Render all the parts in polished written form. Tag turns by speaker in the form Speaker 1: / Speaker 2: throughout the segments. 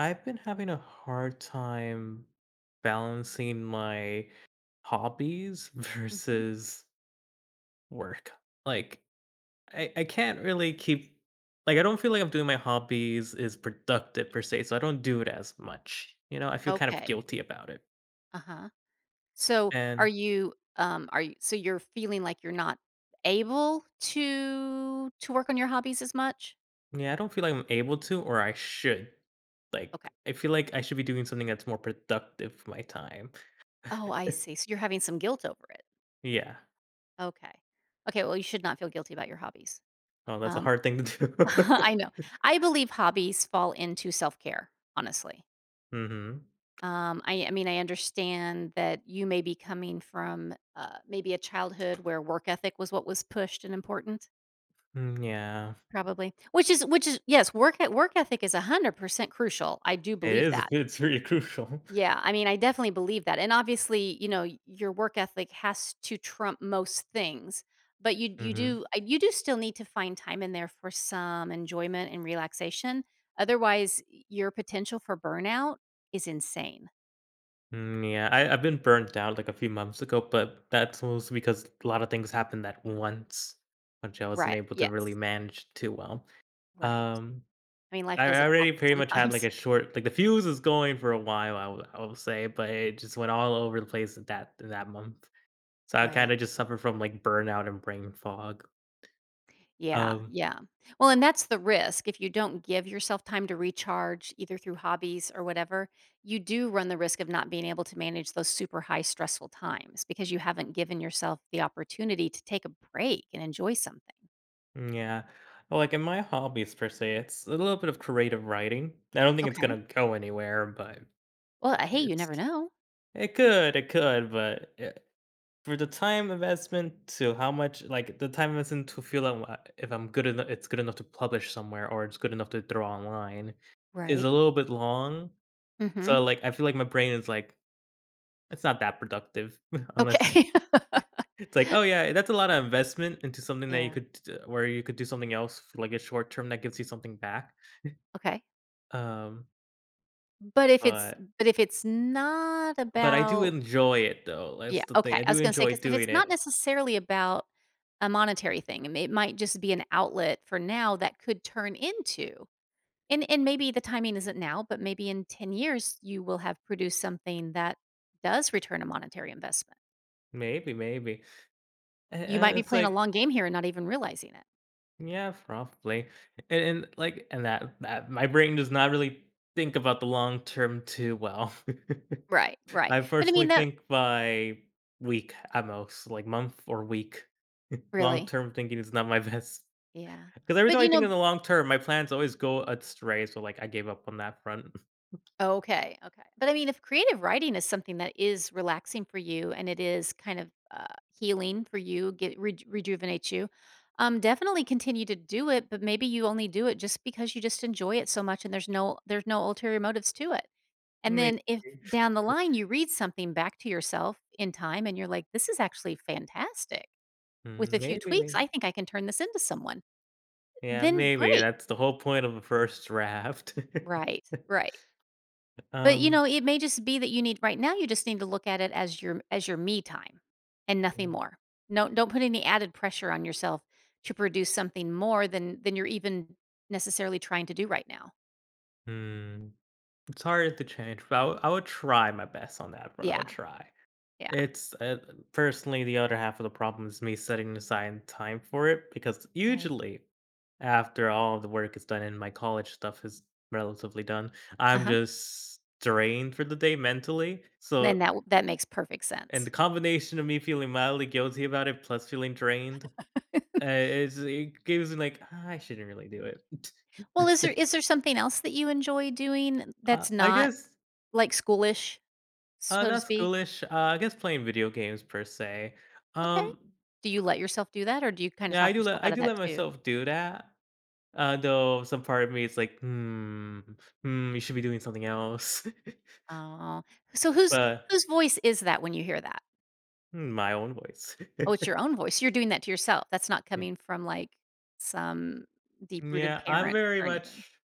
Speaker 1: I've been having a hard time balancing my hobbies
Speaker 2: Mhm.
Speaker 1: versus work. Like I can't really keep like I don't feel like I'm doing my hobbies is productive per se, so I don't do it as much. You know, I feel kind of
Speaker 2: Okay.
Speaker 1: guilty about it.
Speaker 2: Uh-huh. So,
Speaker 1: And
Speaker 2: are you You're feeling like you're not able to work on your hobbies as much?
Speaker 1: yeah, I don't feel like I'm able to or I should.
Speaker 2: Okay.
Speaker 1: Like I feel like I should be doing something that's more productive with my time.
Speaker 2: Oh, I see. So you're having some guilt over it.
Speaker 1: Yeah.
Speaker 2: Okay. Okay, well, you should not feel guilty about your hobbies.
Speaker 1: Oh, that's a
Speaker 2: Um,
Speaker 1: hard thing to do.
Speaker 2: I know. I believe hobbies fall into self-care, honestly.
Speaker 1: Mm-hmm.
Speaker 2: I mean, I understand that you may be coming from, maybe a childhood where work ethic was what was pushed and important,
Speaker 1: Mm, yeah.
Speaker 2: probably. Which is yes, work ethic is 100% crucial, I do
Speaker 1: It
Speaker 2: believe
Speaker 1: is,
Speaker 2: that.
Speaker 1: it's very crucial.
Speaker 2: Yeah, I mean, I definitely believe that, and obviously, you know, your work ethic has to trump most things, but you
Speaker 1: Mhm.
Speaker 2: do you do still need to find time in there for some enjoyment and relaxation. Otherwise, your potential for burnout is insane.
Speaker 1: Mm, yeah, I've been burnt out, like, a few months ago, but that's mostly because a lot of things happened at once, which I wasn't
Speaker 2: Right,
Speaker 1: able to really
Speaker 2: yes,
Speaker 1: manage too well.
Speaker 2: right.
Speaker 1: Um,
Speaker 2: I mean, life
Speaker 1: I
Speaker 2: does
Speaker 1: I
Speaker 2: attack
Speaker 1: already
Speaker 2: us
Speaker 1: pretty much had, like,
Speaker 2: sometimes.
Speaker 1: a short like, the fuse was going for a while, I will say, but it just went all over the place at that month. So I
Speaker 2: Right.
Speaker 1: kinda just suffer from, like, burnout and brain fog.
Speaker 2: Yeah,
Speaker 1: Um,
Speaker 2: yeah. Well, and that's the risk. If you don't give yourself time to recharge, either through hobbies or whatever, you do run the risk of not being able to manage those super high stressful times because you haven't given yourself the opportunity to take a break and enjoy something.
Speaker 1: yeah. Well, like, in my hobbies per se, it's a little bit of creative writing. I don't think it's
Speaker 2: Okay.
Speaker 1: gonna go anywhere, but
Speaker 2: Well, hey, you
Speaker 1: it's
Speaker 2: never know.
Speaker 1: it could, but, for the time investment to how much like, the time investment to feel out wha if I'm good enough it's good enough to publish somewhere or it's good enough to throw online is
Speaker 2: Right.
Speaker 1: a little bit long.
Speaker 2: Mhm.
Speaker 1: So, like, I feel like my brain is like, "It's not that productive," unless you-
Speaker 2: Okay.
Speaker 1: it's like, "Oh, yeah, that's a lot of investment into something that you
Speaker 2: Yeah.
Speaker 1: could d where you could do something else for, like, a short term that gives you something back."
Speaker 2: Okay.
Speaker 1: Um,
Speaker 2: But if it's
Speaker 1: but
Speaker 2: but if it's not
Speaker 1: but I do
Speaker 2: about
Speaker 1: enjoy it, though,
Speaker 2: Yeah,
Speaker 1: that's the thing,
Speaker 2: okay.
Speaker 1: I
Speaker 2: I
Speaker 1: do
Speaker 2: was going to say
Speaker 1: enjoy
Speaker 2: because if
Speaker 1: doing
Speaker 2: it's
Speaker 1: it.
Speaker 2: not necessarily about a monetary thing, and it might just be an outlet for now that could turn into and maybe the timing isn't now, but maybe in 10 years you will have produced something that does return a monetary investment.
Speaker 1: Maybe, maybe.
Speaker 2: You
Speaker 1: And
Speaker 2: might be
Speaker 1: it's
Speaker 2: playing a
Speaker 1: like,
Speaker 2: long game here and not even realizing it.
Speaker 1: yeah, probably. And, like and that my brain does not really think about the long term too well.
Speaker 2: Right, right.
Speaker 1: I
Speaker 2: But I
Speaker 1: personally
Speaker 2: mean that
Speaker 1: think by week at most, like month or week. Long
Speaker 2: really.
Speaker 1: term thinking is not my best.
Speaker 2: Yeah.
Speaker 1: Because every
Speaker 2: But
Speaker 1: time
Speaker 2: you
Speaker 1: I think in
Speaker 2: know
Speaker 1: the long term, my plans always go astray. So like I gave up on that front.
Speaker 2: okay, okay. But I mean, if creative writing is something that is relaxing for you and it is kind of healing for you, get reju rejuvenates you, definitely continue to do it. But maybe you only do it just because you just enjoy it so much, and there's no ulterior motives to it. And then
Speaker 1: Maybe.
Speaker 2: if down the line you read something back to yourself in time, and you're like, "This is actually fantastic." With
Speaker 1: Mm,
Speaker 2: a few
Speaker 1: maybe,
Speaker 2: tweaks,
Speaker 1: maybe.
Speaker 2: I think I can turn this into someone.
Speaker 1: Yeah,
Speaker 2: Then
Speaker 1: maybe.
Speaker 2: great,
Speaker 1: That's the whole point of a first draft.
Speaker 2: right? Right. But, you
Speaker 1: Um,
Speaker 2: know, it may just be that you need right now, you just need to look at it as your me time and nothing
Speaker 1: mm,
Speaker 2: more. No, don't put any added pressure on yourself to produce something more than you're even necessarily trying to do right now.
Speaker 1: hmm, it's hard to change, but I would try my best on that front. I would
Speaker 2: Yeah.
Speaker 1: try.
Speaker 2: Yeah.
Speaker 1: It's, personally, the other half of the problem is me setting aside time for it because
Speaker 2: Right.
Speaker 1: usually after all of the work is done and my college stuff is relatively done, I'm
Speaker 2: Uh-huh.
Speaker 1: just drained for the day mentally. So,
Speaker 2: Then that makes perfect
Speaker 1: and the
Speaker 2: sense.
Speaker 1: combination of me feeling mildly guilty about it plus feeling drained, is it gives me like, "Ah, I shouldn't really do
Speaker 2: Right.
Speaker 1: it."
Speaker 2: Well, is there something else that you enjoy doing that's
Speaker 1: I
Speaker 2: not
Speaker 1: guess,
Speaker 2: like schoolish, so to
Speaker 1: not
Speaker 2: speak?
Speaker 1: schoolish, I guess playing video games per se.
Speaker 2: Okay.
Speaker 1: Um,
Speaker 2: Do you let yourself do that or do you kind of
Speaker 1: yeah, I
Speaker 2: talk
Speaker 1: do
Speaker 2: yourself
Speaker 1: let I
Speaker 2: out of
Speaker 1: do
Speaker 2: that
Speaker 1: let
Speaker 2: too?
Speaker 1: myself do that. Though some part of me is like, "Hmm, hmm, you should be doing something else."
Speaker 2: Oh, so whose
Speaker 1: But,
Speaker 2: whose voice is that when you hear that?
Speaker 1: my own voice.
Speaker 2: Oh, it's your own voice. You're doing that to yourself. That's not
Speaker 1: Yeah.
Speaker 2: coming from, like, some deep-rooted
Speaker 1: Yeah, I'm
Speaker 2: parent
Speaker 1: very
Speaker 2: or anything.
Speaker 1: much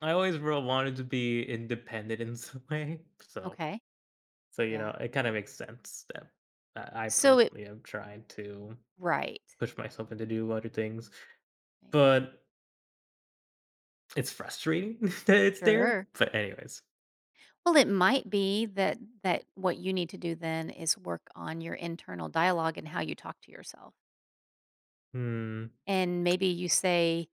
Speaker 1: I always re wanted to be independent in some way, so
Speaker 2: Okay,
Speaker 1: so, you know,
Speaker 2: yeah.
Speaker 1: it kinda makes sense that I
Speaker 2: So it
Speaker 1: personally am trying to
Speaker 2: right,
Speaker 1: push myself into do other things,
Speaker 2: right.
Speaker 1: but it's frustrating that it's there,
Speaker 2: Sure.
Speaker 1: but anyways.
Speaker 2: Well, it might be that that what you need to do then is work on your internal dialogue and how you talk to yourself.
Speaker 1: hmm,
Speaker 2: And maybe you say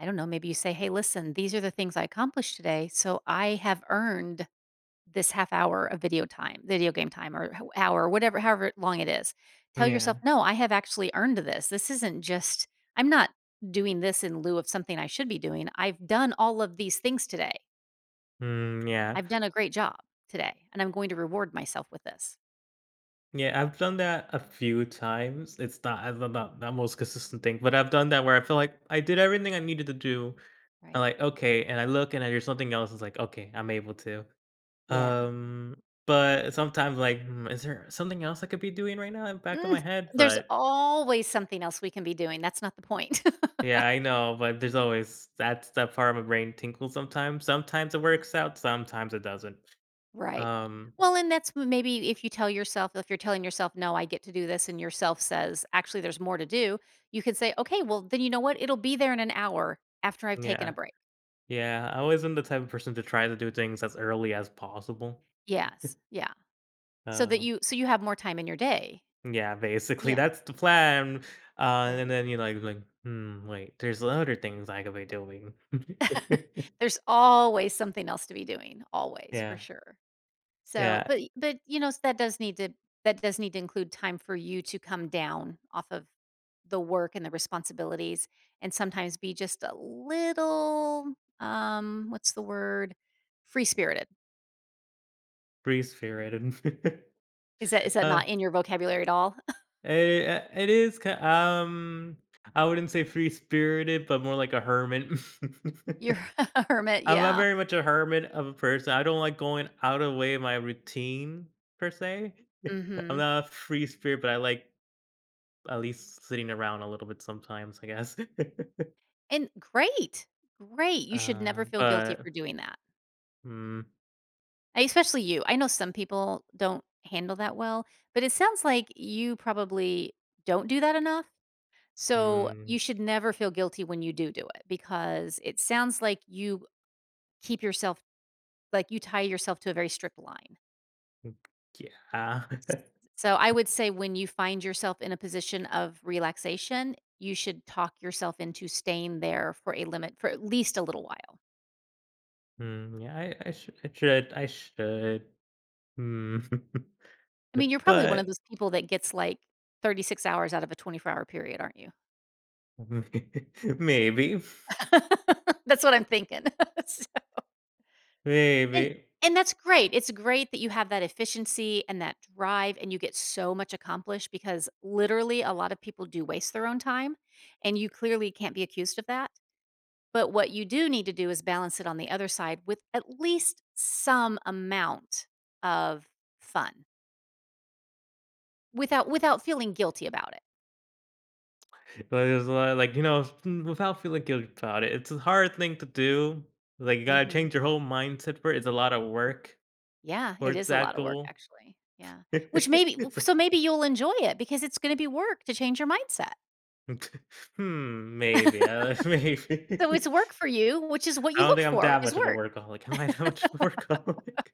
Speaker 2: I don't know, maybe you say, "Hey, listen, these are the things I accomplished today, so I have earned this half hour of video time, video game time or h hour, whatever however long it is. Tell yourself,
Speaker 1: yeah.
Speaker 2: "No, I have actually earned this. This isn't just I'm not doing this in lieu of something I should be doing. I've done all of these things today.
Speaker 1: Yeah.
Speaker 2: I've done a great job today, and I'm going to reward myself with this."
Speaker 1: Yeah, I've done that a few times. It's not I don't the most consistent thing, but I've done that where I feel like I did everything I needed to do. I'm
Speaker 2: Right.
Speaker 1: like, okay, and I look and I there's something else. It's like, okay, I'm able to.
Speaker 2: Yeah.
Speaker 1: Um, but sometimes like, "Hmm, is there something else I could be doing right now in the back of my
Speaker 2: Mm,
Speaker 1: head?"
Speaker 2: there's
Speaker 1: But
Speaker 2: always something else we can be doing. That's not the point.
Speaker 1: yeah, I know, but there's always that's that part of my brain tinkles sometimes. Sometimes it works out, sometimes it doesn't.
Speaker 2: Right.
Speaker 1: Um,
Speaker 2: Well, and that's m maybe if you tell yourself if you're telling yourself, "No, I get to do this," and yourself says, "Actually, there's more to do," you can say, "Okay, well, then you know what? It'll be there in an hour after I've taken a
Speaker 1: yeah,
Speaker 2: break."
Speaker 1: yeah. I always been the type of person to try to do things as early as possible.
Speaker 2: Yes. Yeah. So that
Speaker 1: Um
Speaker 2: you so you have more time in your day.
Speaker 1: Yeah, basically,
Speaker 2: Yeah.
Speaker 1: that's the plan, and
Speaker 2: Right.
Speaker 1: then you're like, "Hmm, wait, there's other things I could be doing."
Speaker 2: There's always something else to be doing, always, for
Speaker 1: Yeah,
Speaker 2: sure. So,
Speaker 1: yeah,
Speaker 2: but you know that does need to that does need to include time for you to come down off of the work and the responsibilities and sometimes be just a little what's the word free spirited.
Speaker 1: free-spirited.
Speaker 2: Is that is that
Speaker 1: Uh,
Speaker 2: not in your vocabulary at all?
Speaker 1: it is ki I wouldn't say free-spirited, but more like a hermit.
Speaker 2: You're a hermit,
Speaker 1: I'm a
Speaker 2: yeah.
Speaker 1: very much a hermit of a person, I don't like going out of way of my routine, per se. I'm
Speaker 2: Mhm.
Speaker 1: not a free spirit, but I like at least sitting around a little bit sometimes, I guess.
Speaker 2: And great. Great. You should never feel guilty
Speaker 1: But
Speaker 2: for doing that.
Speaker 1: mm,
Speaker 2: Especially you. I know some people don't handle that well, but it sounds like you probably don't do that enough. So
Speaker 1: mm,
Speaker 2: you should never feel guilty when you do do it because it sounds like you keep yourself, like you tie yourself to a very strict line.
Speaker 1: mm, yeah.
Speaker 2: So I would say when you find yourself in a position of relaxation, you should talk yourself into staying there for a limit for at least a little while.
Speaker 1: Yeah, sh- I should, I should. Mm.
Speaker 2: I mean, you're probably one of
Speaker 1: but
Speaker 2: those people that gets like 36 hours out of a 24-hour period, aren't you?
Speaker 1: maybe,
Speaker 2: That's what I'm thinking.
Speaker 1: maybe.
Speaker 2: And and that's great. It's great that you have that efficiency and that drive and you get so much accomplished because literally a lot of people do waste their own time and you clearly can't be accused of that. But what you do need to do is balance it on the other side with at least some amount of fun without without feeling guilty about it.
Speaker 1: But there's a lot, like you know, without feeling guilty about it. It's a hard thing to do. Like you gotta
Speaker 2: Mhm.
Speaker 1: change your whole mindset for it. It's a lot of work
Speaker 2: Yeah,
Speaker 1: for
Speaker 2: it
Speaker 1: it's
Speaker 2: is a lot
Speaker 1: that
Speaker 2: of work
Speaker 1: goal.
Speaker 2: actually. Yeah. Which maybe
Speaker 1: It's like,
Speaker 2: so maybe you'll enjoy it because it's going to be work to change your mindset.
Speaker 1: maybe,
Speaker 2: So it's
Speaker 1: maybe.
Speaker 2: work for you, which is what
Speaker 1: I
Speaker 2: you
Speaker 1: don't
Speaker 2: look
Speaker 1: think I'm
Speaker 2: for
Speaker 1: that
Speaker 2: is
Speaker 1: much of a
Speaker 2: work.
Speaker 1: workaholic. Am I that much of a workaholic?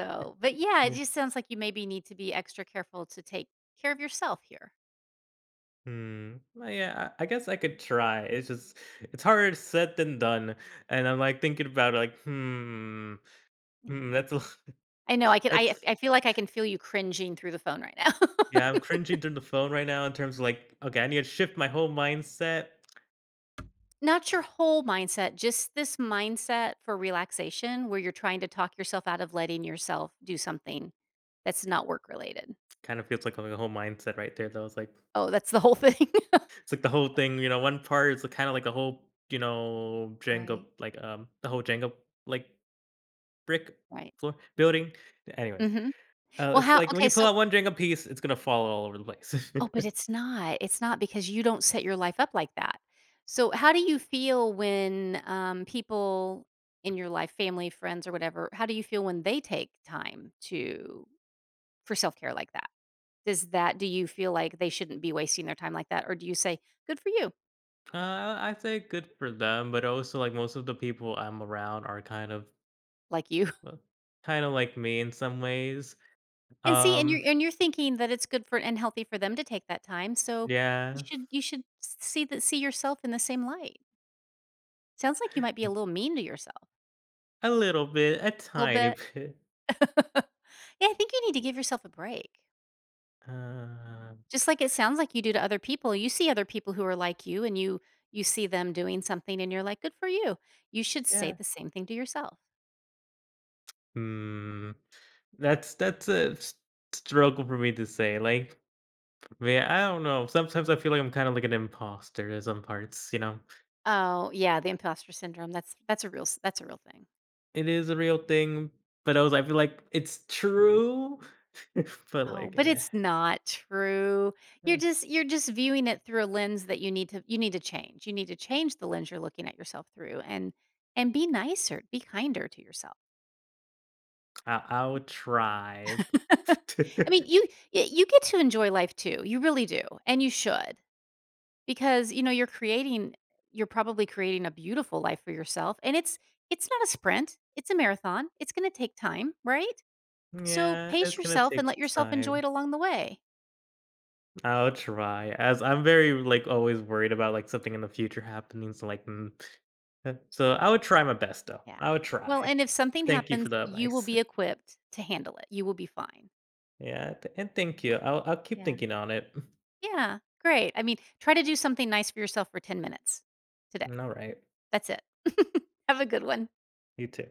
Speaker 2: but yeah, it
Speaker 1: Yeah.
Speaker 2: just sounds like you maybe need to be extra careful to take care of yourself here.
Speaker 1: Hmm. Well, yeah, I guess I could try. It's just it's harder said than done, and I'm, like, thinking about it like, "Hmm, hmm,
Speaker 2: Yeah.
Speaker 1: that's a l
Speaker 2: I know I can I
Speaker 1: that's"
Speaker 2: I feel like I can feel you cringing through the phone right now.
Speaker 1: Yeah, I'm cringing through the phone right now in terms of, like, "Okay, I need to shift my whole mindset."
Speaker 2: Not your whole mindset, just this mindset for relaxation where you're trying to talk yourself out of letting yourself do something that's not work related.
Speaker 1: Kind of feels like a whole mindset right there, though.
Speaker 2: Oh, that's the whole thing.
Speaker 1: It's like the whole thing, you know, one part is kinda like a whole, you know, Jenga,
Speaker 2: Right.
Speaker 1: like, the whole Jenga, like, brick
Speaker 2: Right.
Speaker 1: floor building. Anyways.
Speaker 2: Mhm.
Speaker 1: Oh,
Speaker 2: Well,
Speaker 1: it's
Speaker 2: how
Speaker 1: like when
Speaker 2: okay,
Speaker 1: you pull
Speaker 2: so
Speaker 1: out one drink piece, it's gonna fall all over the place.
Speaker 2: oh, but it's not. It's not because you don't set your life up like that. So, how do you feel when people in your life, family, friends, or whatever, how do you feel when they take time to for self care like that? Does that do you feel like they shouldn't be wasting their time like that, or do you say good for you,
Speaker 1: I say good for them, but also, like, most of the people I'm around are kind of,
Speaker 2: like you,
Speaker 1: uh, kinda like me in some ways.
Speaker 2: and see,
Speaker 1: Um,
Speaker 2: and you're thinking that it's good for and healthy for them to take that time, so you
Speaker 1: yeah.
Speaker 2: should you should see that see yourself in the same light. Sounds like you might be a
Speaker 1: Mm.
Speaker 2: little mean to yourself,
Speaker 1: A little bit, a
Speaker 2: a little
Speaker 1: tiny
Speaker 2: bit.
Speaker 1: bit.
Speaker 2: Yeah, I think you need to give yourself a break.
Speaker 1: Uh,
Speaker 2: Just like it sounds like you do to other people. You see other people who are like you and you see them doing something and you're like, "Good for you." You should say
Speaker 1: yeah.
Speaker 2: the same thing to yourself.
Speaker 1: Mm, that's a s struggle for me to say, like, yeah, I don't know. Sometimes I feel like I'm kinda like an imposter in some parts, you know?
Speaker 2: Oh, yeah, the imposter syndrome. That's a real that's a real thing.
Speaker 1: It is a real thing, but I was I feel like it's true, but
Speaker 2: Oh,
Speaker 1: like,
Speaker 2: but
Speaker 1: eh,
Speaker 2: it's not true. You're
Speaker 1: eh,
Speaker 2: just you're just viewing it through a lens that you need to change. You need to change the lens you're looking at yourself through and be nicer, be kinder to yourself.
Speaker 1: I'll try.
Speaker 2: I mean, you get to enjoy life too, you really do, and you should, because, you know, you're probably creating a beautiful life for yourself, and it's not a sprint, it's a marathon, it's gonna take time, right? So,
Speaker 1: Yeah,
Speaker 2: pace
Speaker 1: it's gonna
Speaker 2: yourself and let
Speaker 1: take
Speaker 2: yourself enjoy it
Speaker 1: time.
Speaker 2: along the way.
Speaker 1: I'll try, as I'm very, like, always worried about, like, something in the future happening, so, like, so I would try my best, though.
Speaker 2: Yeah.
Speaker 1: I would
Speaker 2: Well,
Speaker 1: try.
Speaker 2: and if something
Speaker 1: Thank you
Speaker 2: happens,
Speaker 1: for the
Speaker 2: you will
Speaker 1: advice.
Speaker 2: be equipped to handle it, you will be fine.
Speaker 1: Yeah, th and thank you. I'll keep
Speaker 2: Yeah.
Speaker 1: thinking on it.
Speaker 2: Yeah, great, I mean, try to do something nice for yourself for 10 minutes today,
Speaker 1: Alright,
Speaker 2: that's it. Have a good one.
Speaker 1: you too.